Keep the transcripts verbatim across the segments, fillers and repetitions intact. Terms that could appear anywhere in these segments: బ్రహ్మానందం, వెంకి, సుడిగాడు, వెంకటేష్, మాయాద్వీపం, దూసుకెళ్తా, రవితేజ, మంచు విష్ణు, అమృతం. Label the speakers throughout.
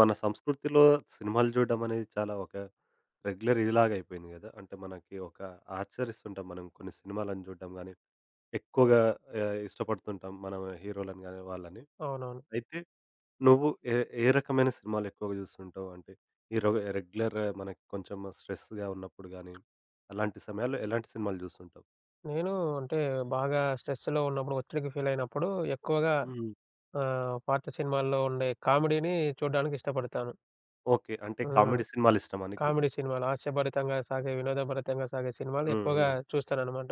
Speaker 1: మన సంస్కృతిలో సినిమాలు చూడడం అనేది చాలా ఒక రెగ్యులర్ ఇదిలాగా అయిపోయింది కదా! అంటే మనకి ఒక ఆచరిస్తుంటాం మనం కొన్ని సినిమాలను చూడడం గానీ, ఎక్కువగా ఆహ్, ఇష్టపడుతుంటాం మనం హీరో‌లని గాని, వాళ్ళని.
Speaker 2: అవునవును.
Speaker 1: అయితే నువ్వు ఏ ఏ రకమైన సినిమాలు ఎక్కువగా చూస్తుంటావు? అంటే ఈ రొ రెగ్యులర్ మనకి కొంచెం స్ట్రెస్‌గా ఉన్నప్పుడు గానీ, అలాంటి సమయాల్లో ఎలాంటి సినిమాలు చూస్తుంటావు?
Speaker 2: నేను అంటే బాగా స్ట్రెస్‌లో ఉన్నప్పుడు, ఒత్తిడికి ఫీల్ అయినప్పుడు ఎక్కువగా
Speaker 1: హ్మ్.
Speaker 2: ఆహ్, పాత సినిమాల్లో ఉండే కామెడీని చూడడానికి ఇష్టపడతాను.
Speaker 1: ఓకే. అంటే
Speaker 2: హ్మ్. అవును.
Speaker 1: కామెడీ సినిమాలు ఇష్టమా నీకు?
Speaker 2: కామెడీ సినిమాలు హాస్యభరితంగా సాగే, వినోదభరితంగా సాగే సినిమాలు
Speaker 1: హ్మ్.
Speaker 2: ఎక్కువగా
Speaker 1: హ్మ్.
Speaker 2: చూస్తాననమాట.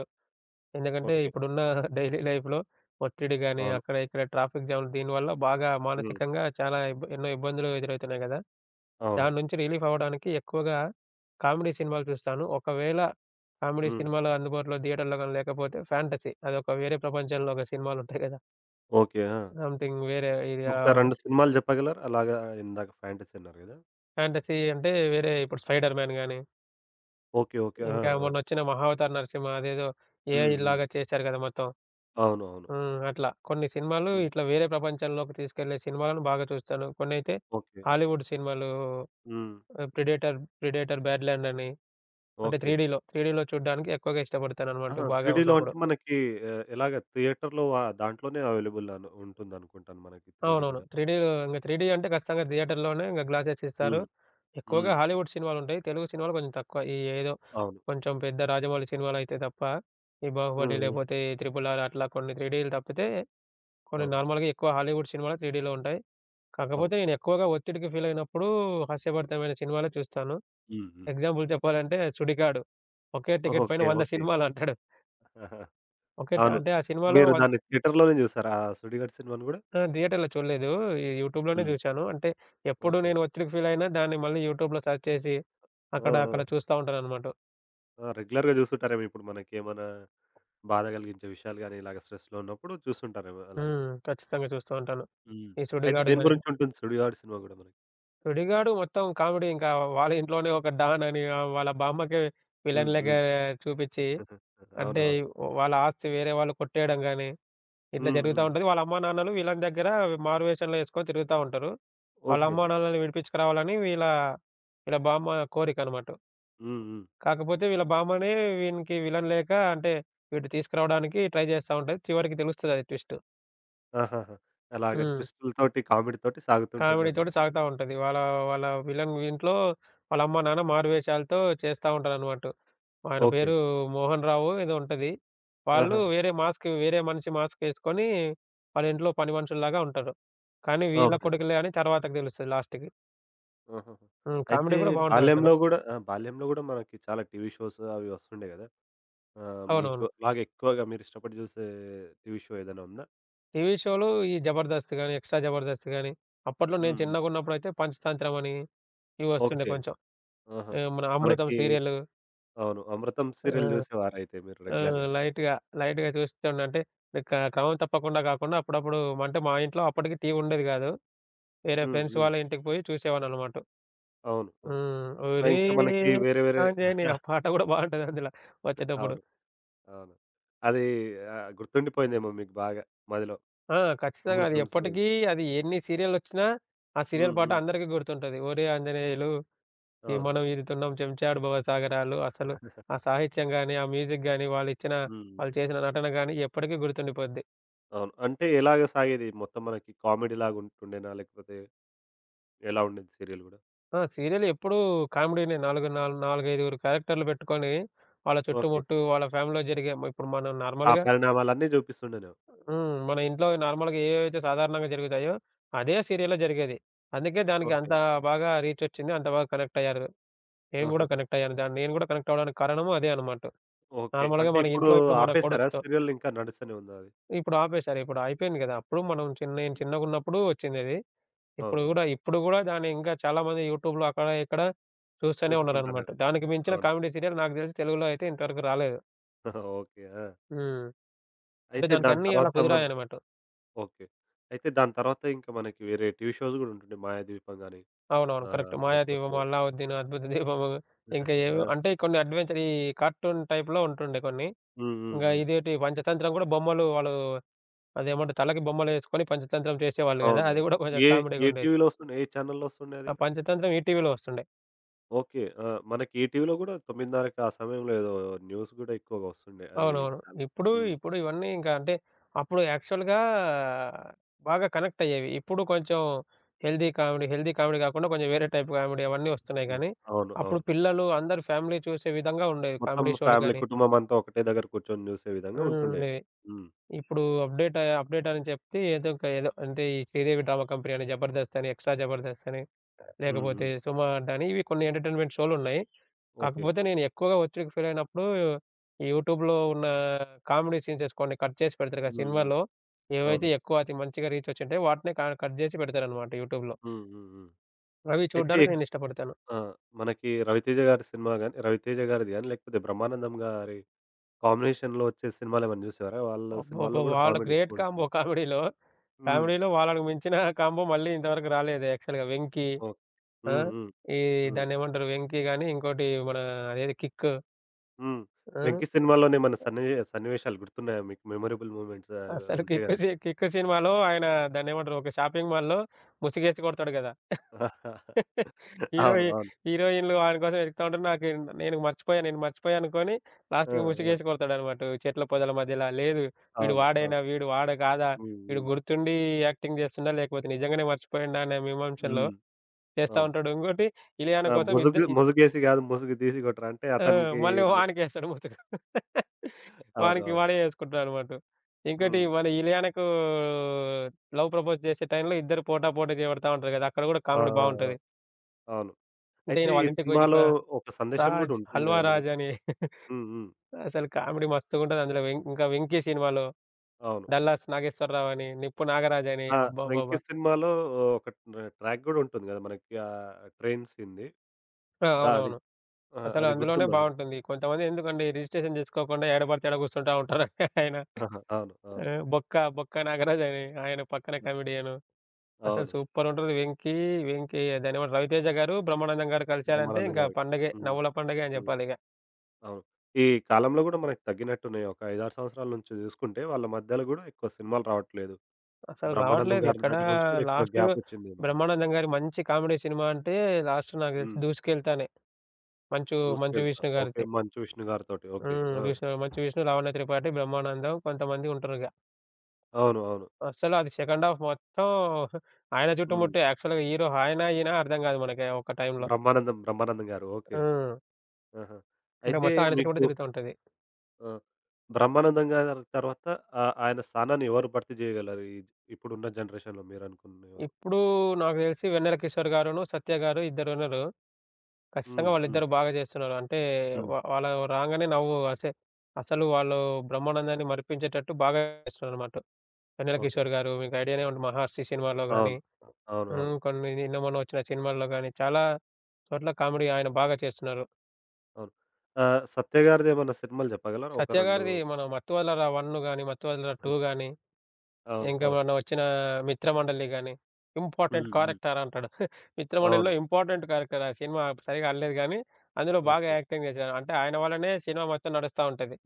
Speaker 2: ఎందుకంటే
Speaker 1: ఓకే.
Speaker 2: ఇప్పుడున్న డైలీ లైఫ్‌లో ఒత్తిడి గాని,
Speaker 1: అవును.
Speaker 2: అక్కడ ఇక్కడ ట్రాఫిక్ జామ్‌లు దీనివల్ల బాగా
Speaker 1: హ్మ్.
Speaker 2: మానసికంగా చాలా ఇబ్ ఎన్నో ఇబ్బందులు ఎదురవుతున్నాయి గదా!
Speaker 1: అవును.
Speaker 2: దాని నుంచి రిలీఫ్ అవ్వడానికి ఎక్కువగా కామెడీ సినిమాలు చూస్తాను. ఒకవేళ కామెడీ
Speaker 1: హ్మ్.
Speaker 2: సినిమాలు అందుబాటులో థియేటర్‌లో గాని లేకపోతే ఫ్యాంటసీ అదొక వేరే ప్రపంచంలో ఒక సినిమాలుంటాయి కదా!
Speaker 1: ఓకే. ఆ!
Speaker 2: సంథింగ్ వేరే ఇది ఆహ్,
Speaker 1: ఒక
Speaker 2: ఆహా!
Speaker 1: రెండు సినిమాలు చెప్పగలరా? అలాగా ఇందాక ఫాంటసీ అన్నారు గదా!
Speaker 2: ఫ్యాంటసీ అంటే వేరే ఇప్పుడు 'స్పైడర్ మ్యాన్' గాని,
Speaker 1: ఓకే. ఓకే. ఆ!
Speaker 2: ఇంకా
Speaker 1: ఆ!
Speaker 2: మొన్నొచ్చిన 'మహావతార్ నరసింహ' అదేదో
Speaker 1: హ్మ్. హ్మ్.
Speaker 2: ఏఐలాగా చేశారు కదా! మొత్తం.
Speaker 1: అవును. అవును.
Speaker 2: హ్మ్. అట్లా కొన్ని సినిమాలు
Speaker 1: హ్మ్.
Speaker 2: ఇట్లా వేరే ప్రపంచంలోకి తీసుకెళ్ళే సినిమాలను బాగా చూస్తాను. కొన్నైతే
Speaker 1: ఓకే.
Speaker 2: హాలీవుడ్ సినిమాలు
Speaker 1: హ్మ్.
Speaker 2: 'ప్రెడేటర్', 'ప్రెడేటర్ బ్యాడ్‌ల్యాండ్' అని అంటే
Speaker 1: ఓకే.
Speaker 2: 3డీలో. 3డీలో చూడ్డానికి ఎక్కువగా
Speaker 1: ఆహా!
Speaker 2: ఇష్టపడతాననమాట బాగా
Speaker 1: 3డీలో
Speaker 2: ఉన్నప్పుడు.
Speaker 1: అంటే మనకి ఆహ్, ఎలాగ థియేటర్‌లో ఆ దాంట్లోనే అవైలబుల్ అను ఉంటుందనుకుంటాను మనకి 3డీ
Speaker 2: అవునవును.
Speaker 1: గూడా.
Speaker 2: 3డీ ఇంగ 3డీ అంటే ఖచ్చితంగా థియేటర్‌లోనే ఇంగ గ్లాసెస్ ఇస్తారు.
Speaker 1: హ్మ్.
Speaker 2: ఎక్కువగా
Speaker 1: హ్మ్.
Speaker 2: హాలీవుడ్ సినిమాలుంటాయి. తెలుగు సినిమాలు కొంచెం తక్కువ. ఈ ఏదో
Speaker 1: అవును.
Speaker 2: కొంచెం పెద్ద రాజమౌళి సినిమాలైతే తప్ప, ఈ
Speaker 1: హ్మ్.
Speaker 2: 'బాహుబలి'
Speaker 1: హ్మ్.
Speaker 2: లేపోతే ఈ 'త్రిబుల్ ఆర్' అట్లా కొన్ని 3డీలు తప్పితే కొన్ని
Speaker 1: అవును.
Speaker 2: నార్మల్‌గా ఎక్కువ హాలీవుడ్ సినిమాలు 3డీలో ఉంటాయి.
Speaker 1: అవును.
Speaker 2: కాకపోతే నేను ఎక్కువగా ఒత్తిడికి ఫీలయినప్పుడు హాస్యభరితమైన సినిమాలే చూస్తాను.
Speaker 1: హ్మ్. హ్మ్.
Speaker 2: ఎగ్జాంపుల్ చెప్పాలంటే 'సుడిగాడు' ఒకే టికెట్ పైన
Speaker 1: ఓకే.
Speaker 2: వంద
Speaker 1: ఓకే.
Speaker 2: సినిమాలంటాడు.
Speaker 1: ఆహాహా!
Speaker 2: ఒకే ట-
Speaker 1: అవును.
Speaker 2: అంటే ఆ సినిమాలో
Speaker 1: మీరు
Speaker 2: వం
Speaker 1: దాన్ని థియేటర్‌లోనే జూసారా? ఆ 'సుడిగాడు' సినిమాను గూడా?
Speaker 2: ఆ! థియేటర్‌లో చూడలేదు. ఈ యూట్యూబ్‌లోనే
Speaker 1: హ్మ్.
Speaker 2: చూశాను. అంటే ఎప్పుడు
Speaker 1: ఓకే.
Speaker 2: నేను ఒత్తిడికి ఫీల్ అయినా దాన్ని మళ్ళీ యూట్యూబ్‌లో సెర్చ్ చేసి
Speaker 1: ఆ!
Speaker 2: అక్కడ, అక్కడ
Speaker 1: ఆ!
Speaker 2: చూస్తా ఉంటాననమాట.
Speaker 1: ఆ! రెగ్యులర్‌గా జూస్తుంటారేమో ఇప్పుడు మనకేమన్నా బాధ కలిగించే విషయాలు గాని, ఇలాగ స్ట్రెస్‌లో ఉన్నప్పుడు చూస్తుంటారేమో అలాగే.
Speaker 2: హ్మ్. ఖచ్చితంగా చూస్తూ ఉంటాను.
Speaker 1: హ్మ్.
Speaker 2: ఈ
Speaker 1: అయితే
Speaker 2: సుడిగాడు
Speaker 1: దేని
Speaker 2: గాని,
Speaker 1: గురించి ఉంటుంది 'సుడిగాడు' సినిమా గూడా మనకి.
Speaker 2: సుడిగాడు మొత్తం కామెడీ ఇంకా వాళ్ళ ఇంట్లోనే ఒక డాన్ అని ఆహ్, వాళ్ళ బామ్మకి విలన్
Speaker 1: హ్మ్.
Speaker 2: లెక్క
Speaker 1: హ్మ్.
Speaker 2: చూపించి అంటే
Speaker 1: అవునవును.
Speaker 2: వాళ్ళ ఆస్తి వేరే వాళ్ళు కొట్టేయడం గాని ఇట్లా
Speaker 1: హ్మ్.
Speaker 2: జరుగుతా
Speaker 1: హ్మ్.
Speaker 2: ఉంటది. వాళ్ళ అమ్మానాన్నలు వీళ్ళని దగ్గర మారువేషంలో ఎసుకొని తిరుగుతా ఉంటారు. వాళ్ళ ఓకే.
Speaker 1: ఓకే.
Speaker 2: అమ్మానాన్నలని విడిపించుకురావాలని వీళ్ళ, వీళ్ళ బామ్మ కోరికనమాట.
Speaker 1: హ్మ్. హ్మ్.
Speaker 2: కాకపోతే వీళ్ళ బామ్మనే వీనికి విలన్ లేక అంటే వీడు తీసుకురావడానికి ట్రై చేస్తా ఉంటది. చివరికి తెలుస్తదది ట్విస్ట్.
Speaker 1: ఆహాహా! అలాగ
Speaker 2: హ్మ్.
Speaker 1: ట్విస్టులతోటి, కామెడీతోటి
Speaker 2: కామెడీతోటి
Speaker 1: సాగుతుంటుందన్నమాట.
Speaker 2: సాగుతా ఉంటది. వాళ్ళ వాళ్ళ విలన్ ఇంట్లో వాళ్ళ అమ్మ, నాన్న మారువేషాలతో చేస్తా ఉంటారనమాట. ఆయన ఓకే.
Speaker 1: ఓకే.
Speaker 2: పేరు మోహన్ రావో ఏదో ఉంటది. వాళ్ళు
Speaker 1: ఆహాహా!
Speaker 2: హ్మ్. వేరే మాస్క్ వేరే మనిషి మాస్కేసుకొని వాళ్ళ ఇంట్లో పని మనుషుల్లాగా ఉంటారు. కానీ వీళ్ళ ఓకే.
Speaker 1: ఓకే.
Speaker 2: కొడుకులే అని తర్వాతకి తెలుస్తది లాస్ట్‌కి.
Speaker 1: ఆహాహా!
Speaker 2: హ్మ్.
Speaker 1: అయితే
Speaker 2: కామెడీ కూడా ఓహ్! బావుంటది అందులో.
Speaker 1: బాల్యంలో గూడా ఆ! బాల్యంలో గూడా మనకి చాలా టీవీ షోస్ అవి వస్తుండే గదా! ఆ! మీకు
Speaker 2: అవునవును.
Speaker 1: అలాగే ఎక్కువగా మీరిష్టపడి జూసే టీవీ షో ఏదైనా ఉందా?
Speaker 2: టీవీ షోలు ఈ 'జబర్దస్త్' గాని, 'ఎక్స్ట్రా జబర్దస్త్' గాని, అప్పట్లో నేను
Speaker 1: హ్మ్. హ్మ్.
Speaker 2: చిన్నగున్నప్పుడైతే 'పంచతంత్రం' అని ఇవి వస్తుండే
Speaker 1: ఓకే.
Speaker 2: కొంచెం.
Speaker 1: ఆహా!
Speaker 2: ఆహ్, మన 'అమృతం'
Speaker 1: మనకి
Speaker 2: సీరియల్.
Speaker 1: అవును. 'అమృతం' సీరియల్
Speaker 2: ఆ!
Speaker 1: జూసేవారైతే మీరు
Speaker 2: ఆ!
Speaker 1: రెగ్యులర్‌గా?
Speaker 2: లైట్‌గా, లైట్‌గా చూస్తుండే. అంటే క క్రమం తప్పకుండా కాకుండా అప్పుడప్పుడు అంటే మా ఇంట్లో అప్పటికి టీవీ ఉండేది కాదు. వేరే
Speaker 1: హ్మ్.
Speaker 2: ఫ్రెండ్స్
Speaker 1: హ్మ్.
Speaker 2: వాళ్ళ ఇంటికి పోయి చూసేవాడిననమాట.
Speaker 1: అవును. అవును.
Speaker 2: హ్మ్. చూసేవారు.
Speaker 1: ఆ! ఇంకా మనకి
Speaker 2: ఒరేయ్
Speaker 1: వేరే వేరే
Speaker 2: ఆంజనేయ ఆ పాట కూడా బాగుంటది అందులో వచ్చేటప్పుడు.
Speaker 1: అవును. అవును. అది ఆహ్, గుర్తుండిపోయిందేమో మీకు బాగా మదిలో.
Speaker 2: ఆ! ఖచ్చితంగా అది
Speaker 1: 'అమృతం' సీరియల్.
Speaker 2: ఎప్పటికీ అది ఎన్ని సీరియల్‌లొచ్చినా ఆ సీరియల్
Speaker 1: హ్మ్.
Speaker 2: పాట
Speaker 1: హ్మ్.
Speaker 2: అందరికీ గుర్తుంటది. ఒరేయ్ ఆంజనేయులు ఈ
Speaker 1: అవును.
Speaker 2: మనం ఈదుతున్నాం చెంచాడు భవసాగరాలు. అసలు ఆ సాహిత్యం గాని, ఆ మ్యూజిక్ గాని, వాళ్ళిచ్చిన
Speaker 1: హ్మ్. హ్మ్.
Speaker 2: వాళ్ళు చేసిన నటన గాని ఎప్పటికీ గుర్తుండిపోద్ది.
Speaker 1: అవును. అంటే ఎలాగ సాగేది మొత్తం మనకి కామెడీ లాగుంటుండేనా? లేకపోతే ఎలా ఉండేది సీరియల్ గూడా?
Speaker 2: ఆ! సీరియల్ ఎప్పుడూ కామెడీనే. నాలుగు నాల్ నాలుగు, ఐదు క్యారెక్టర్‌లు పెట్టుకొని వాళ్ళ
Speaker 1: ఓకే.
Speaker 2: చుట్టుముట్టు, వాళ్ళ ఫ్యామిలీలో జరిగే మ ఇప్పుడు మనం
Speaker 1: ఆ
Speaker 2: నార్మల్‌గా అవును.
Speaker 1: పరిణామాలన్నీ జూపిస్తుండేనేమో.
Speaker 2: హ్మ్. మన ఇంట్లో నార్మల్‌గా ఏవేవైతే సాధారణంగా జరుగుతాయో, అదే సీరియల్‌లో జరిగేది. అందుకే దానికి అవును.
Speaker 1: ఓకే.
Speaker 2: అంత బాగా రీచొచ్చింది. అంత బాగా కనెక్ట్ అయ్యారు. నేను గూడా
Speaker 1: ఆహా!
Speaker 2: కనెక్ట్ అయ్యాను. దాన్ని నేను గూడా కనెక్ట్ అవ్వడానికి కారణము అదే అన్నమాట.
Speaker 1: ఓకే.
Speaker 2: నార్మల్‌గా
Speaker 1: అంటే
Speaker 2: మన
Speaker 1: ఇప్పుడు
Speaker 2: ఇంట్లో ఇప్పుడు మన
Speaker 1: ఆపేసారా
Speaker 2: కొడుకుతో
Speaker 1: సీరియల్ ఇంకా నడుస్తూనే ఉందా అది?
Speaker 2: ఇప్పుడు ఆపేశారు. ఇప్పుడు అయిపోయింది గదా! అప్పుడు మనం చిన్న నేను చిన్నగున్నప్పుడు వచ్చిందది. ఇప్పుడు
Speaker 1: అవునవును.
Speaker 2: గూడా ఇప్పుడు గూడా దాన్ని ఇంకా చాలా మంది యూట్యూబ్‌లో అక్కడ, ఇక్కడ చూస్తూనే
Speaker 1: చూస్తుంటారు.
Speaker 2: ఉన్నారనమాట. దానికి మించిన
Speaker 1: అవును.
Speaker 2: కామెడీ సీరియల్ నాకు తెలిసి తెలుగులో అయితే ఇంతవరకు రాలేదు.
Speaker 1: ఓకే. ఆ!
Speaker 2: హ్మ్. అంటే
Speaker 1: అయితే
Speaker 2: దానికి
Speaker 1: దాని
Speaker 2: అన్నీ అలా
Speaker 1: తర్వాత మనకి
Speaker 2: కుదిరాయనమాట.
Speaker 1: ఓకే. అయితే దాని తర్వాత ఇంకా మనకి వేరే టీవీ షోస్ గూడా ఉంటుండే 'మాయాద్వీపం' గాని
Speaker 2: అవునవును. కరెక్ట్.
Speaker 1: ఆహ్, లేకపోతే
Speaker 2: 'మాయాదీపం', 'అల్లావుద్దీన్', 'అద్భుత దీపము' ఇంకా ఏవో
Speaker 1: ఆ!
Speaker 2: అంటే కొన్ని అడ్వెంచర్ ఈ కార్టూన్ టైప్‌లో ఉంటుండే కొన్ని.
Speaker 1: హ్మ్. హ్మ్.
Speaker 2: ఇంగా
Speaker 1: హ్మ్.
Speaker 2: ఇదేటి 'పంచతంత్రం' గూడా బొమ్మలు వాళ్ళు అదేమంటే తలకి బొమ్మలేసుకొని పంచతంత్రం చేసేవాళ్ళు గదా!
Speaker 1: అవును.
Speaker 2: అది గూడా కొంచెం
Speaker 1: ఏ ఏ
Speaker 2: కామెడీగుండేది.
Speaker 1: టీవీలో వస్తుండే? ఏ ఛానెల్‌లో వస్తుండే అది?
Speaker 2: ఆ 'పంచతంత్రం' ఈటీవీలో వస్తుండే.
Speaker 1: ఓకే. ఆ! మనకి ఈటీవీలో గూడా 9:30కి ఆ సమయంలో ఏదో న్యూస్ గూడా ఎక్కువగా వస్తుండే. అది
Speaker 2: అవునవును.
Speaker 1: చాలా
Speaker 2: ఇప్పుడు,
Speaker 1: హ్మ్.
Speaker 2: ఇప్పుడు ఇవన్నీ ఇంకా అంటే అప్పుడు యాక్చువల్‌గా బాగా కనెక్ట్ అయ్యేవి. ఇప్పుడు కొంచెం హెల్తీ కామెడీ, హెల్తీ కామెడీ కాకుండా కొంచెం వేరే టైప్ కామెడీ అవన్నీ వస్తున్నాయి
Speaker 1: యాహ్!
Speaker 2: గానీ,
Speaker 1: అవును.
Speaker 2: అప్పుడు
Speaker 1: అవును.
Speaker 2: పిల్లలు అందరూ ఫ్యామిలీ చూసే విధంగా ఉండేవి
Speaker 1: మొత్తం
Speaker 2: కామెడీ షోలు
Speaker 1: ఫ్యామిలీ
Speaker 2: గానీ
Speaker 1: కుటుంబం అంతా ఒకటే దగ్గర కూర్చొని జూసే విధంగా
Speaker 2: హ్మ్.
Speaker 1: ఉంటుండే.
Speaker 2: ఉండేవి.
Speaker 1: హ్మ్.
Speaker 2: ఇప్పుడు అప్‌డేట్ అయ్ అప్‌డేట్ అని చెప్పి ఏదో ఒక ఏదో అంటే ఈ శ్రీదేవి డ్రామా కంపెనీ అని జబర్దస్త్ అని, ఎక్స్ట్రా జబర్దస్త్ అని
Speaker 1: హ్మ్.
Speaker 2: లేకపోతే
Speaker 1: హ్మ్.
Speaker 2: సుమ అంట అని ఇవి కొన్ని ఎంటర్‌టైన్‌మెంట్ షోలున్నాయి.
Speaker 1: ఓకే.
Speaker 2: కాకపోతే నేను ఎక్కువగా ఒత్తిడికి ఫీలయినప్పుడు ఈ యూట్యూబ్‌లో ఉన్న కామెడీ సీన్సెస్ కొన్ని కట్ చేసి పెడతారు కదా!
Speaker 1: హ్మ్. హ్మ్.
Speaker 2: సినిమాలో
Speaker 1: అవును.
Speaker 2: ఏవైతే ఎక్కువ అతి మంచిగా రీచొచ్చుంటాయో వాటినే క కట్ చేసి పెడతారనమాట యూట్యూబ్‌లో.
Speaker 1: హ్మ్. హ్మ్. హ్మ్.
Speaker 2: అవి
Speaker 1: అయితే
Speaker 2: చూడ్డానికి హ్మ్. నేనిష్టపడతాను.
Speaker 1: ఆ! మనకి 'రవితేజ' గారి సినిమా గాని, 'రవితేజ' గారిది గాని, లేకపోతే 'బ్రహ్మానందం' గారి కాంబినేషన్‌లో వచ్చే సినిమాలేమైనా చూసారా? వాళ్ళ
Speaker 2: అబ్బబ్బో!
Speaker 1: సినిమాల్లో
Speaker 2: ఓకే.
Speaker 1: గూడా
Speaker 2: వాళ్ళ
Speaker 1: కామెడీ
Speaker 2: గ్రేట్ కాంబో
Speaker 1: ఎక్కువుంటుంది.
Speaker 2: కామెడీలో. హ్మ్.
Speaker 1: హ్మ్.
Speaker 2: కామెడీలో వాళ్ళకి మించిన కాంబో మళ్ళీ ఇంతవరకు రాలేదు యాక్చువల్‌గా 'వెంకి'.
Speaker 1: ఓకే.
Speaker 2: ఆ!
Speaker 1: హ్మ్.
Speaker 2: హ్మ్.
Speaker 1: హ్మ్.
Speaker 2: ఈ
Speaker 1: హ్మ్.
Speaker 2: దాన్నేమంటారు 'వెంకి' గాని ఇంకోటి మన అదేది 'కిక్' ఆ!
Speaker 1: హ్మ్.
Speaker 2: హ్మ్.
Speaker 1: 'వెంకి' సినిమాలోనేమన్నా సన్ని సన్నివేశాలు గుర్తున్నాయా మీకు? మెమరబుల్ మూమెంట్స్ అవి
Speaker 2: అసలు
Speaker 1: ఉంటాయి
Speaker 2: 'కిక్'
Speaker 1: గదా!
Speaker 2: సి 'కిక్' సినిమాలో ఆయన దాన్నేమంటారు ఒక షాపింగ్ మాల్‌లో ముసుగేసి కొడతాడు కదా! హీరో
Speaker 1: అవును. అవును.
Speaker 2: హీరోయిన్‌లు వాని కోసం వెతుకుతా ఉంటారు. నాకు నేను మర్చిపోయా, నేను మర్చిపోయా అనుకోని
Speaker 1: ఆ!
Speaker 2: లాస్ట్‌కి
Speaker 1: ఆ!
Speaker 2: ముసుగేసి కొడతాడన్నమాట. చెట్ల పొదల మధ్యలా. లేదు వీడు
Speaker 1: అవును. అవును.
Speaker 2: వాడేనా? వీడు వాడు కాదా?
Speaker 1: హ్మ్.
Speaker 2: వీడు
Speaker 1: హ్మ్.
Speaker 2: గుర్తుండి యాక్టింగ్ చేస్తుండా? లేకపోతే నిజంగానే మర్చిపోయిండా? అనే మీమాంసలో
Speaker 1: హ్మ్.
Speaker 2: చేస్తా
Speaker 1: అవును.
Speaker 2: ఉంటాడు. ఇంకోటి ఇలియానా
Speaker 1: ఆ!
Speaker 2: కోసం ఇద్ద
Speaker 1: ముసుగు
Speaker 2: ఇ
Speaker 1: ముసుగేసి గాదు, ముసుగు తీసి కొట్టరా అంటే
Speaker 2: ఆ!
Speaker 1: అతనికి
Speaker 2: మళ్ళీ
Speaker 1: ము
Speaker 2: వానికేస్తాడు ముసుగు. వానికి
Speaker 1: అవునవును.
Speaker 2: వాడే ఏసుకుంటాడన్నమాట. ఇంకోటి
Speaker 1: హ్మ్.
Speaker 2: మన ఇలియానాకు లవ్ ప్రపోజ్ చేసే టైంలో ఇద్దరు పోటాపోటీగా ఎవడతా ఉంటారు కదా! అక్కడ కూడా
Speaker 1: ఆ! ఆ!
Speaker 2: కామెడీ
Speaker 1: ఆ!
Speaker 2: బావుంటది.
Speaker 1: అవును.
Speaker 2: అంటే
Speaker 1: అయితే
Speaker 2: ఈయన
Speaker 1: ఈ
Speaker 2: వాళ్ళ ఇంటికి పోయి ప
Speaker 1: సినిమాలో ఒక సందేశం గూడా
Speaker 2: రాజ్,
Speaker 1: ఉంటుంది
Speaker 2: 'హల్వా
Speaker 1: గదా! మనకి.
Speaker 2: రాజ్' అని
Speaker 1: హ్మ్. హ్మ్.
Speaker 2: అసలు కామెడీ మస్తుగుంటది అందులో. వెం ఇంకా 'వెంకీ' సినిమాలో
Speaker 1: అవును.
Speaker 2: 'డల్లాస్ నాగేశ్వరరావు' అని, 'నిప్పు నాగరాజ్' అని
Speaker 1: ఆ! 'వెంకి'
Speaker 2: అబ్బబ్బబ్బా!
Speaker 1: సినిమాలో ఒక ట్ర ట్రాక్ గూడా ఉంటుంది గదా! మనకి ఆహ్, ట్రైన్ సీన్‌ది.
Speaker 2: ఆ!
Speaker 1: దా అది
Speaker 2: అవునవును.
Speaker 1: ఆ!
Speaker 2: అసలు
Speaker 1: అది
Speaker 2: అందులోనే
Speaker 1: గుర్తుందా మీకు?
Speaker 2: బావుంటుంది. కొంతమంది ఎందుకండి రిజిస్ట్రేషన్ జేసుకోకుండా ఏడబడితే ఏడ కూర్చుంటా ఉంటారు. ఆయన
Speaker 1: ఆహా! అవును. అవును.
Speaker 2: ఆహ్, బొక్క, బొక్క నాగరాజ్ అని ఆయన పక్కన
Speaker 1: ద
Speaker 2: కమెడియను. అసలు
Speaker 1: అవును.
Speaker 2: సూపరుంటది 'వెంకీ', 'వెంకీ' దాన్నేమంటారు 'రవితేజ' గారు, బ్రహ్మానందం గారు కలిశారంటే
Speaker 1: బ్రహ్మానందం
Speaker 2: ఇంకా
Speaker 1: గారి.
Speaker 2: పండగే.
Speaker 1: హ్మ్.
Speaker 2: నవ్వుల పండగే అని
Speaker 1: హ్మ్.
Speaker 2: జెప్పాలిగ.
Speaker 1: అవును. ఈ కాలంలో గూడా మనకు తగ్గినట్టున్నాయి. ఒక ఐదు, ఆరు సంవత్సరాల నుంచి జూసుకుంటే వాళ్ళ మధ్యలో గూడా ఎక్కువ సినిమాలు రావట్లేదు.
Speaker 2: అసలు
Speaker 1: బ్రహ్మానందం
Speaker 2: రావట్లేదు.
Speaker 1: గారి
Speaker 2: ఎక్కడా
Speaker 1: దగ్గర నుంచి గూడా ఎక్కువ
Speaker 2: లాస్టు
Speaker 1: గ్యాప్ వచ్చిందేమో గదా!
Speaker 2: 'బ్రహ్మానందం' గారి మంచి కామెడీ సినిమా అంటే లాస్ట్ నాకు తెలిసి
Speaker 1: హ్మ్.
Speaker 2: 'దూసుకెళ్తానే.' మంచు, మంచు
Speaker 1: 'దూసుకెళ్తా.'
Speaker 2: విష్ణు
Speaker 1: ఓకే.
Speaker 2: గారిది.
Speaker 1: 'మంచు విష్ణు' గారితోటి. ఓకే.
Speaker 2: హ్మ్.
Speaker 1: ఆ!
Speaker 2: విష్ణు మంచు విష్ణు, లావణ్య త్రిపాఠి, బ్రహ్మానందం కొంతమంది ఉంటరిగ.
Speaker 1: అవును. అవును.
Speaker 2: అస్సలు అది సెకండ్ హాఫ్ మొత్తం ఆయన
Speaker 1: హ్మ్.
Speaker 2: చుట్టుముట్టే. యాక్చువల్‌గా హీరో ఆయన, ఈయన అర్థం కాదు మనకి ఒక టైంలో.
Speaker 1: బ్రహ్మానందం, బ్రహ్మానందం గారు. ఓకే.
Speaker 2: హ్మ్.
Speaker 1: ఆహా!
Speaker 2: అంటే
Speaker 1: అయితే
Speaker 2: మొత్తం ఆయన
Speaker 1: మీకు
Speaker 2: చుట్టుముట్టే తిరుగుతా ఉంటది.
Speaker 1: ఆహ్, బ్రహ్మానందం గారి తర్వాత ఆహ్, ఆయన స్థానాన్ని ఎవరు భర్తీ జేయగలరు? ఈ ఇప్పుడున్న జనరేషన్‌లో మీరనుకునేవారు?
Speaker 2: ఇప్పుడు నాకు తెలిసి 'వెన్నెల కిషోర్' గారును, 'సత్య' గారు ఇద్దరున్నరు. ఖచ్చితంగా
Speaker 1: హ్మ్. హ్మ్.
Speaker 2: వాళ్ళిద్దరూ బాగా చేస్తున్నారు. అంటే
Speaker 1: హ్మ్.
Speaker 2: వా వాళ్ళు రాంగానే నవ్వు అసే అసలు వాళ్ళు బ్రహ్మానందాన్ని మరిపించేటట్టు బాగా చేస్తున్నారనమాట. 'వెన్నెల
Speaker 1: ఓకే.
Speaker 2: కిషోర్' గారు మీకు ఐడియానే ఉంటుంది. 'మహర్షి' సినిమాలో హ్మ్. గాని,
Speaker 1: అవును. అవును.
Speaker 2: హ్మ్.
Speaker 1: అవును.
Speaker 2: కొన్ని నిన్న మొన్న వచ్చిన సినిమాల్లో గాని చాలా చోట్ల కామెడీ ఆయన బాగా చేస్తున్నారు.
Speaker 1: అవును. ఆహ్, సత్య గారిదేమన్నా సినిమాలు జెప్పగలరా? ఒక
Speaker 2: 'సత్య'
Speaker 1: రెండు
Speaker 2: గారిది మన 'మత్తువల్లరా వన్' గాని, 'మత్తువల్లరా టూ' గాని,
Speaker 1: అవును.
Speaker 2: ఇంకా
Speaker 1: అవును.
Speaker 2: మొన్న వచ్చిన 'మిత్రమండలి' గాని, ఇంపార్టెంట్
Speaker 1: హ్మ్. హ్మ్.
Speaker 2: క్యారెక్టర్ అంటాడు. హ్మ్. 'మిత్రమండలి'లో
Speaker 1: అవును.
Speaker 2: Important character. ఆ సినిమా సరిగ్గా ఆడలేదు గానీ, అందులో బాగా
Speaker 1: ఓకే.
Speaker 2: యాక్టింగ్ చేశారు. అంటే ఆయన వల్లనే సినిమా మొత్తం నడుస్తా ఉంటది.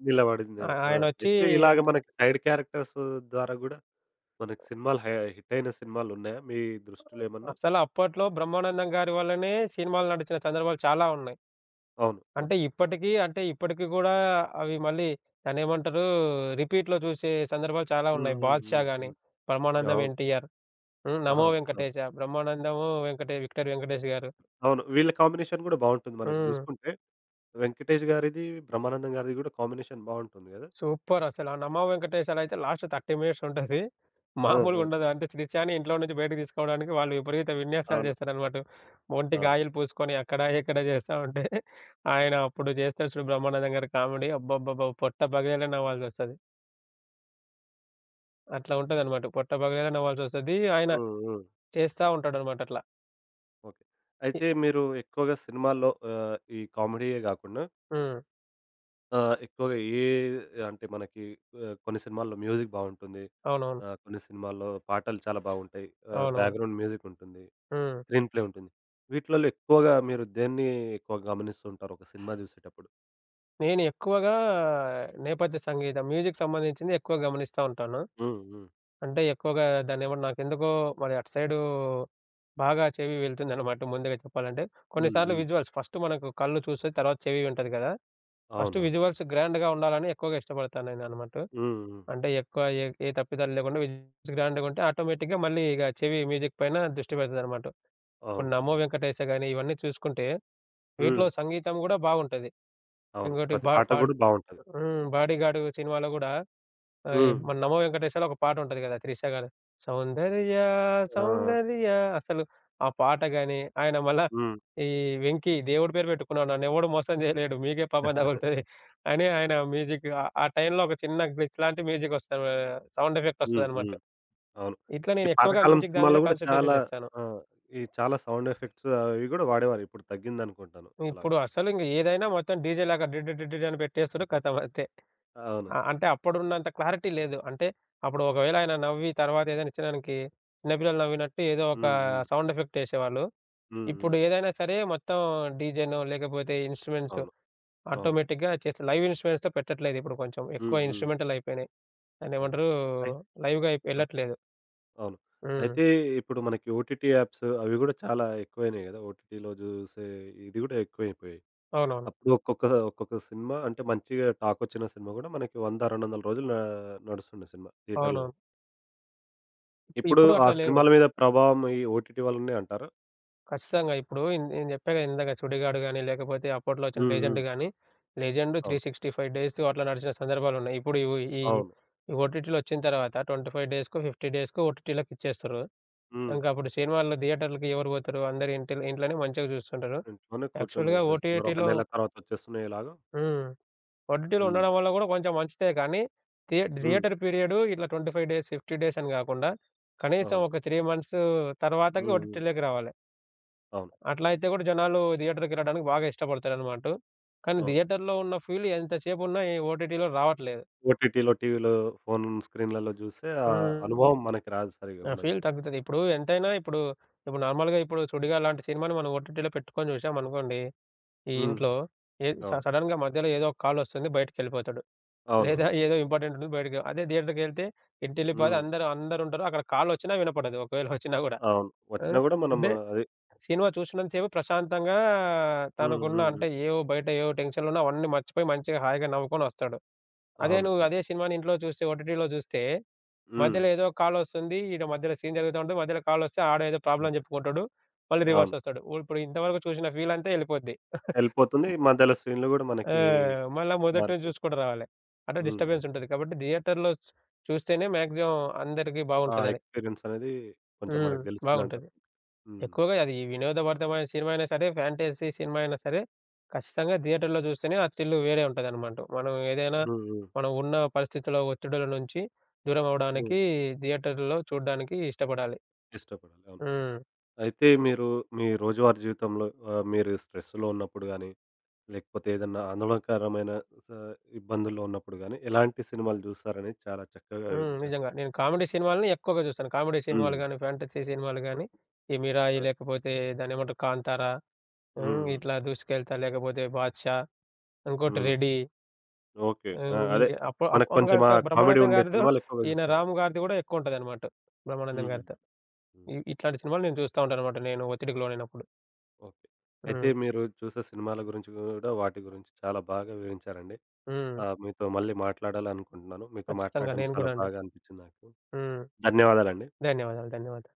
Speaker 2: ఆ!
Speaker 1: నిలబడిందేమో. ఆ!
Speaker 2: ఆయనొచ్చి
Speaker 1: అయితే ఇలాగ
Speaker 2: అంటే
Speaker 1: మనకి సైడ్ క్యారెక్టర్స్ ద్వారా గూడా మనకి సినిమాలు హై హిట్టయిన సినిమాలున్నాయా మీ దృష్టిలో ఏమన్నా?
Speaker 2: అసలు అప్పట్లో బ్రహ్మానందం గారి వల్లనే సినిమాలు నడిచిన సందర్భాలు చాలా ఉన్నాయి.
Speaker 1: అవును. అవును.
Speaker 2: అంటే ఇప్పటికి అంటే ఇప్పటికి గూడా అవి మళ్ళీ దాన్నేమంటారు రిపీట్‌లో చూసే సందర్భాలు చాలా
Speaker 1: హ్మ్.
Speaker 2: ఉన్నాయి.
Speaker 1: హ్మ్.
Speaker 2: 'బాద్‌షా'
Speaker 1: హ్మ్.
Speaker 2: గాని,
Speaker 1: హ్మ్.
Speaker 2: బ్రహ్మానందం
Speaker 1: అవును.
Speaker 2: ఎన్టీఆర్, హ్మ్.
Speaker 1: అవును.
Speaker 2: 'నమో
Speaker 1: అవును.
Speaker 2: వెంకటేశ', బ్రహ్మానందము వెంకటే విక్టర్ వెంకటేష్ గారు.
Speaker 1: అవును. వీళ్ళ కాంబినేషన్ గూడా బావుంటుంది మనకి
Speaker 2: హ్మ్.
Speaker 1: జూసుకుంటే. 'వెంకటేష్' గారిది, 'బ్రహ్మానందం' గారిది గూడా కాంబినేషన్ బావుంటుంది గదా!
Speaker 2: సూపర్ అసల. ఆ 'నమః వెంకటేశాల' అయితే లాస్ట్ ముప్పై మినిట్స్ ఉంటది.
Speaker 1: ఆ! ఆ!
Speaker 2: మామూలుగుండదు. అంటే శ్రీశాని ఇంట్లో నుంచి బయటకి తీసుకోవడానికి వాళ్ళు విపరీత విన్యాసాలు
Speaker 1: అవును.
Speaker 2: చేస్తారనమాట. ఒంటి
Speaker 1: అవును.
Speaker 2: గాయాలు పూసుకొని అక్కడ, ఇక్కడ చేస్తా ఉంటే, ఆయన అప్పుడు చేస్తాడు చూడు 'బ్రహ్మానందం' గారు కామెడీ అబ్బబ్బబ్బా! పొట్ట పగిలేలా నవ్వాల్సొస్తది. అట్లా ఉంటదనమాట. పొట్ట పగిలేలా నవ్వాల్సొస్తది. ఆయన
Speaker 1: హ్మ్. హ్మ్.
Speaker 2: చేస్తా ఉంటాడనమాట అట్లా.
Speaker 1: ఓకే.
Speaker 2: ఇ
Speaker 1: అయితే మీరు ఎక్కువగా సినిమాల్లో ఆహ్, ఈ కామెడీయే గాకుండా
Speaker 2: హ్మ్.
Speaker 1: ఆహ్, ఎక్కువగా ఏ అంటే మనకి ఆహ్, కొన్ని సినిమాల్లో మ్యూజిక్ బావుంటుంది.
Speaker 2: అవునవును.
Speaker 1: ఆహ్, కొన్ని సినిమాల్లో పాటలు చాలా బావుంటాయి. ఆహ్,
Speaker 2: అవునవును.
Speaker 1: బ్యాక్‌గ్రౌండ్ మ్యూజిక్ ఉంటుంది.
Speaker 2: హ్మ్.
Speaker 1: స్క్రీన్ ప్లే ఉంటుంది. వీటిలలో ఎక్కువగా మీరు దేన్ని ఎక్కువ గమనిస్తూ ఉంటారు ఒక సినిమా జూసేటప్పుడు?
Speaker 2: నేను ఎక్కువగా నేపథ్య సంగీతం, మ్యూజిక్ సంబంధించింది ఎక్కువ గమనిస్తా ఉంటాను.
Speaker 1: హ్మ్. హ్మ్.
Speaker 2: అంటే ఎక్కువగా దాన్నేమంటే నాకెందుకో మరి అటు సైడు బాగా చెవి వెళ్తుందనమాట ముందుగా చెప్పాలంటే.
Speaker 1: హ్మ్.
Speaker 2: కొన్నిసార్లు హ్మ్.
Speaker 1: హ్మ్.
Speaker 2: విజువల్స్ ఫస్ట్ మనకు కళ్ళు చూస్తది. తర్వాత చెవి వింటది కదా! ఫస్ట్
Speaker 1: అవునవును.
Speaker 2: విజువల్స్ గ్రాండ్‌గా ఉండాలని ఎక్కువగా ఇష్టపడతాను నేననమాట.
Speaker 1: హ్మ్. హ్మ్.
Speaker 2: అంటే ఎక్కువ ఏ ఏ తప్పిదాలు లేకుండా విజువల్స్ గ్రాండ్‌గుంటే ఆటోమేటిక్‌గా మళ్ళీ ఇక చెవి మ్యూజిక్ పైన దృష్టి పెడతదనమాట. ఇప్పుడు
Speaker 1: అవును.
Speaker 2: 'నమో
Speaker 1: అవును.
Speaker 2: వెంకటేశ' గాని ఇవన్నీ చూసుకుంటే
Speaker 1: హ్మ్.
Speaker 2: వీటిలో హ్మ్. సంగీతం గూడా బాగుంటది.
Speaker 1: అవును.
Speaker 2: ఇంకోటి
Speaker 1: ప్రతి
Speaker 2: బా
Speaker 1: పాట
Speaker 2: హ్మ్. బాడ్
Speaker 1: గూడా బావుంటది.
Speaker 2: హ్మ్. 'బాడీగార్డ్' సినిమాలో గూడా ఆహ్,
Speaker 1: హ్మ్.
Speaker 2: మన 'నమో వెంకటేశాలో' ఒక పాట ఉంటది గదా! 'త్రిష' గారి సౌందర్య
Speaker 1: ఆ!
Speaker 2: సౌందర్య అసలు ఆ పాట గాని, ఆయన మళ్ళా
Speaker 1: హ్మ్.
Speaker 2: ఈ 'వెంకి' దేవుడి పేరు పెట్టుకున్నాడు. నన్నెవడు మోసం జేయలేడు. మీకే పాపం తగులుతది అని ఆయన మ్యూజిక్ ఆ ఆ టైంలో ఒక చిన్న గ్లిచ్ లాంటి మ్యూజిక్ వస్తది. ఆహ్, సౌండ్ ఎఫెక్ట్
Speaker 1: హ్మ్.
Speaker 2: వస్తదనమాట.
Speaker 1: హ్మ్. అవును.
Speaker 2: ఇట్లా
Speaker 1: ఈ
Speaker 2: నేను ఎక్కువగా
Speaker 1: పాతకాలం
Speaker 2: మ్యూజిక్ దాని
Speaker 1: సినిమాల్లో
Speaker 2: మీద
Speaker 1: గూడా
Speaker 2: కాన్సంట్రేషన్
Speaker 1: చాలా
Speaker 2: జేస్తాను.
Speaker 1: ఆ! ఈ చాలా సౌండ్ ఎఫెక్ట్స్ అవి గూడా వాడేవారు. ఇప్పుడు తగ్గిందనుకుంటాను అలా.
Speaker 2: ఇప్పుడు అసలు ఇంగ ఏదైనా మొత్తం డీజే లాగా డి డి డి డి అని పెట్టేసుడు ఖతం అంతే.
Speaker 1: అవును.
Speaker 2: ఆ! అంటే అప్పుడున్నంత క్లారిటీ లేదు. అంటే అప్పుడు ఒకవేళ ఆయన నవ్వి తర్వాత ఏదైనా ఇచ్చినడానికి చిన్నపిల్లలు నవ్వినట్టు ఏదో ఒక
Speaker 1: హ్మ్. హ్మ్.
Speaker 2: సౌండ్ ఎఫెక్ట్ ఏసేవాళ్ళు.
Speaker 1: హ్మ్. హ్మ్.
Speaker 2: ఇప్పుడు ఏదైనా సరే మొత్తం డీజేనో లేకపోతే ఇన్‌స్ట్రుమెంట్స్
Speaker 1: అవును. అవును.
Speaker 2: ఆటోమేటిక్‌గా చేస్తే లైవ్ ఇన్‌స్ట్రుమెంట్స్‌తో పెట్టట్లేదు ఇప్పుడు కొంచెం. ఎక్కువ
Speaker 1: హ్మ్.
Speaker 2: హ్మ్.
Speaker 1: హ్మ్.
Speaker 2: ఇన్‌స్ట్రుమెంటల్ అయిపోయినాయి.
Speaker 1: అవును.
Speaker 2: దాన్నేమంటారు
Speaker 1: అయి
Speaker 2: హ్మ్. లైవ్‌గా అయిప్
Speaker 1: ఆ!
Speaker 2: ఎళ్ళట్లేదు.
Speaker 1: అవును.
Speaker 2: హ్మ్. అది.
Speaker 1: అయితే ఇప్పుడు మనకి ఓటీటీ యాప్స్ అవి గూడా చాలా ఎక్కువైనాయి గదా! ఓటీటీలో జూసే ఇది గూడా ఎక్కువైపోయాయి.
Speaker 2: అవునవును.
Speaker 1: అప్పుడు ఒక్కొక్క ఒక్కొక్క సినిమా అంటే మంచిగా టాకొచ్చిన సినిమా గూడా మనకి వంద, రెండు వందల రోజులు నా నడుస్తుండే సినిమా థియేటర్‌లో.
Speaker 2: అవునవును. ఇప్పుడు
Speaker 1: ఇప్పుడు
Speaker 2: ఇప్పుడు
Speaker 1: ఆ
Speaker 2: అట్లా అప్పుడు లేవు.
Speaker 1: సినిమాల మీద ప్రభావం ఈ ఓటీటీ వల్లనే అంటారా?
Speaker 2: ఖచ్చితంగా. ఇప్పుడు ఇన్ నేను చెప్పాగా ఇందాక 'సుడిగాడు' గాని, లేకపోతే అప్పట్లో వచ్చిన హ్మ్.
Speaker 1: హ్మ్.
Speaker 2: 'లెజెండ్'
Speaker 1: హ్మ్.
Speaker 2: గాని, 'లెజెండ్'
Speaker 1: అవును.
Speaker 2: మూడు వందల అరవై ఐదు డేస్ అట్లా నడిచిన సందర్భాలున్నాయి. ఇప్పుడు ఇవు ఈ అవును.
Speaker 1: అవును.
Speaker 2: ఈ ఓటీటీలో వచ్చిన తర్వాత ఇరవై ఐదు డేస్‌కో, యాభై డేస్‌కో ఓటీటీలోకి ఇచ్చేస్తుర్రు.
Speaker 1: హ్మ్.
Speaker 2: ఇంక అప్పుడు సినిమాల్లో థియేటర్‌లకి ఎవరు పోతారు? అందరూ ఇంటిల్ ఇంట్లోనే మంచిగా చూస్తుంటారు.
Speaker 1: ఇంట్లోనే కూర్చొని
Speaker 2: యాక్చువల్‌గా అవును.
Speaker 1: చూసేస్తున్నారు. ఒక
Speaker 2: ఓటీటీలో నిజమే.
Speaker 1: నెల తర్వాత వచ్చేస్తున్నాయి ఎలాగో.
Speaker 2: హ్మ్. ఓటీటీలో
Speaker 1: హ్మ్.
Speaker 2: ఉండడం అవును వల్ల కూడా కొంచెం మంచిదే కానీ, థియే హ్మ్.
Speaker 1: హ్మ్.
Speaker 2: థియేటర్ పీరియడ్ ఇట్లా ఇరవై ఐదు డేస్, యాభై డేస్ అని కాకుండా కనీసం
Speaker 1: అవును.
Speaker 2: ఒక మూడు మంత్స్ తర్వాతకి హ్మ్.
Speaker 1: హ్మ్. హ్మ్.
Speaker 2: ఓటీటీలోకి రావాలి.
Speaker 1: అవును.
Speaker 2: అట్లా అయితే గూడా జనాలు థియేటర్‌కెళ్ళడానికి బాగా ఇష్టపడతారనమాట. కానీ
Speaker 1: అవును.
Speaker 2: థియేటర్‌లో ఉన్న ఫీల్ ఎంతసేపున్నా ఈ ఓటీటీలో రావట్లేదు.
Speaker 1: ఓటీటీలో, టీవీలో, ఫోను స్క్రీన్‌లలో జూస్తే ఆ
Speaker 2: హ్మ్.
Speaker 1: అనుభవం మనకి రాదు సరిగ్గా
Speaker 2: ఆ
Speaker 1: ఉండదు.
Speaker 2: ఫీల్ తగ్గుతది. ఇప్పుడు ఎంతైనా ఇప్పుడు, ఇప్పుడు నార్మల్‌గా ఇప్పుడు 'సుడిగాలి' లాంటి సినిమాని మనం ఓటీటీలో పెట్టుకొని చూసామనుకోండి, ఈ
Speaker 1: హ్మ్.
Speaker 2: ఇంట్లో ఏ స
Speaker 1: అవును.
Speaker 2: సడెన్‌గా మధ్యలో ఏదో ఒక కాలొస్తుంది బయటికెళ్ళిపోతాడు. లేదా
Speaker 1: అవునవును.
Speaker 2: ఏదో ఇంపార్టెంట్ ఉంటుంది బయటికి అదే థియేటర్‌కెళ్తే ఇంటిల్లిపాది
Speaker 1: హ్మ్.
Speaker 2: అందరూ అందరుంటారు. అక్కడ కాలొచ్చినా వినపడదు ఒకవేళ వచ్చినా గూడా.
Speaker 1: అవును.
Speaker 2: ఆ!
Speaker 1: వచ్చినా గూడా మనం
Speaker 2: అంటే
Speaker 1: అది
Speaker 2: సినిమా చూసినంత సేపు ప్రశాంతంగా
Speaker 1: హ్మ్.
Speaker 2: తనకున్న
Speaker 1: హ్మ్. హ్మ్.
Speaker 2: అంటే ఏవో బయట ఏవో టెన్షన్‌లున్నా అవన్నీ మర్చిపోయి మంచిగా హాయిగా నవ్వుకొనొస్తాడు. అదే అవును.
Speaker 1: అవును.
Speaker 2: నువ్వు
Speaker 1: అవును.
Speaker 2: అదే సినిమాని ఇంట్లో చూస్తే ఓటీటీలో చూస్తే
Speaker 1: హ్మ్.
Speaker 2: మధ్యలో హ్మ్. ఏదో కాలొస్తుంది. ఈడ మధ్యలో సీన్ జరుగుతా ఉంటది. మధ్యలో కాలొస్తే ఆడ ఏదో ప్రాబ్లమ్ చెప్పుకుంటాడు. మళ్ళీ అవును. రివర్స్
Speaker 1: అవును.
Speaker 2: వస్తాడు. ఓ ఇప్పుడు ఇంతవరకు చూసిన ఫీల్ అంతా ఎళ్ళిపోద్ది.
Speaker 1: ఎళ్ళిపోతుంది. మధ్యలో స్క్రీన్‌లు గూడా
Speaker 2: ఆ!
Speaker 1: మనకి
Speaker 2: వెళ్ళిపోతుంది. మళ్ళా మొదటి నుంచి
Speaker 1: మారిపోతుంది.
Speaker 2: చూసుకుంటూ రావాలి. అట్లా
Speaker 1: హ్మ్.
Speaker 2: డిస్టర్బెన్స్ ఉంటది. కాబట్టి థియేటర్‌లో చూస్తేనే మాక్సిమం అందరికి
Speaker 1: ఆ
Speaker 2: బాగుంటదని.
Speaker 1: ఎక్స్‌పీరియన్స్ అనేది కొంచెం
Speaker 2: హ్మ్.
Speaker 1: మనకు
Speaker 2: బాగుంటది.
Speaker 1: తెలుస్తుందంటారు. హ్మ్.
Speaker 2: ఎక్కువగా అది వినోదభరితమైన సినిమా అయినా సరే, ఫ్యాంటసీ సినిమా అయినా సరే, ఖచ్చితంగా థియేటర్‌లో జూస్తేనే ఆ థ్రిల్ వేరే ఉంటదనమాట. మనం ఏదైనా హ్మ్.
Speaker 1: హ్మ్. హ్మ్.
Speaker 2: మనం ఉన్న పరిస్థితుల ఒత్తిడుల నుంచి దూరం
Speaker 1: హ్మ్.
Speaker 2: అవ్వడానికి థియేటర్‌లో చూడడానికి ఇష్టపడాలి.
Speaker 1: ఇష్టపడాలి. అవును.
Speaker 2: హ్మ్.
Speaker 1: అయితే మీరు మీ రోజువారీ జీవితంలో ఆహ్, మీరు స్ట్రెస్‌లో ఉన్నప్పుడు గానీ, లేకపోతే ఏదన్నా ఆందోళనకరమైన స ఇబ్బందుల్లో ఉన్నప్పుడు గానీ, ఎలాంటి సినిమాలు జూస్తారనేది చాలా చక్కగా
Speaker 2: హ్మ్.
Speaker 1: వివరించారు.
Speaker 2: నిజంగా. నేను కామెడీ సినిమాలని ఎక్కువగా జూస్తాను. కామెడీ హ్మ్. సినిమాలు
Speaker 1: హ్మ్.
Speaker 2: గానీ, ఫ్యాంటసీ సినిమాలు గానీ,
Speaker 1: ఓకే.
Speaker 2: ఈ 'మిరాయి'
Speaker 1: అదే.
Speaker 2: లేకపోతే దాన్నేమంటారు 'కాంతార' హ్మ్.
Speaker 1: హ్మ్.
Speaker 2: ఇట్లా 'దూసుకెళ్తా' లేకపోతే 'బాద్‌షా' ఇంకోటి
Speaker 1: హ్మ్.
Speaker 2: 'రెడీ.'
Speaker 1: ఓకే. ఆ!
Speaker 2: హ్మ్. ఈ
Speaker 1: అదే.
Speaker 2: అప్పు
Speaker 1: మనకు కొంచెం ఆ
Speaker 2: అప్పుడుగాక
Speaker 1: కామెడీ
Speaker 2: బ్రహ్మానందం
Speaker 1: ఉండే
Speaker 2: గారిదో,
Speaker 1: సినిమాలు ఎక్కువగా
Speaker 2: ఈయన
Speaker 1: జూస్తారు.
Speaker 2: రాము గారిది గూడా ఎక్కువుంటదనమాట. బ్రహ్మానందం
Speaker 1: హుహు.
Speaker 2: గారితో.
Speaker 1: హ్మ్.
Speaker 2: ఇ ఇట్లాంటి సినిమాలు నేను చూస్తా ఉంటాననమాట నేను ఒత్తిడికి లోనైనప్పుడు.
Speaker 1: ఓకే. అయితే
Speaker 2: హ్మ్.
Speaker 1: మీరు చూసే సినిమాల గురించి గూడా, వాటి గురించి చాలా బాగా వివరించారండి.
Speaker 2: హ్మ్.
Speaker 1: ఆహ్, మీతో మళ్ళీ మాట్లాడాలనుకుంటున్నాను. మీతో
Speaker 2: ఖచ్చితంగా
Speaker 1: మాట్లాడడం
Speaker 2: నేను
Speaker 1: చాలా
Speaker 2: గూడా అండి.
Speaker 1: బాగా అనిపించింది నాకు.
Speaker 2: హ్మ్.
Speaker 1: ధన్యవాదాలండి.
Speaker 2: ధన్యవాదాలు. ధన్యవాదాలు.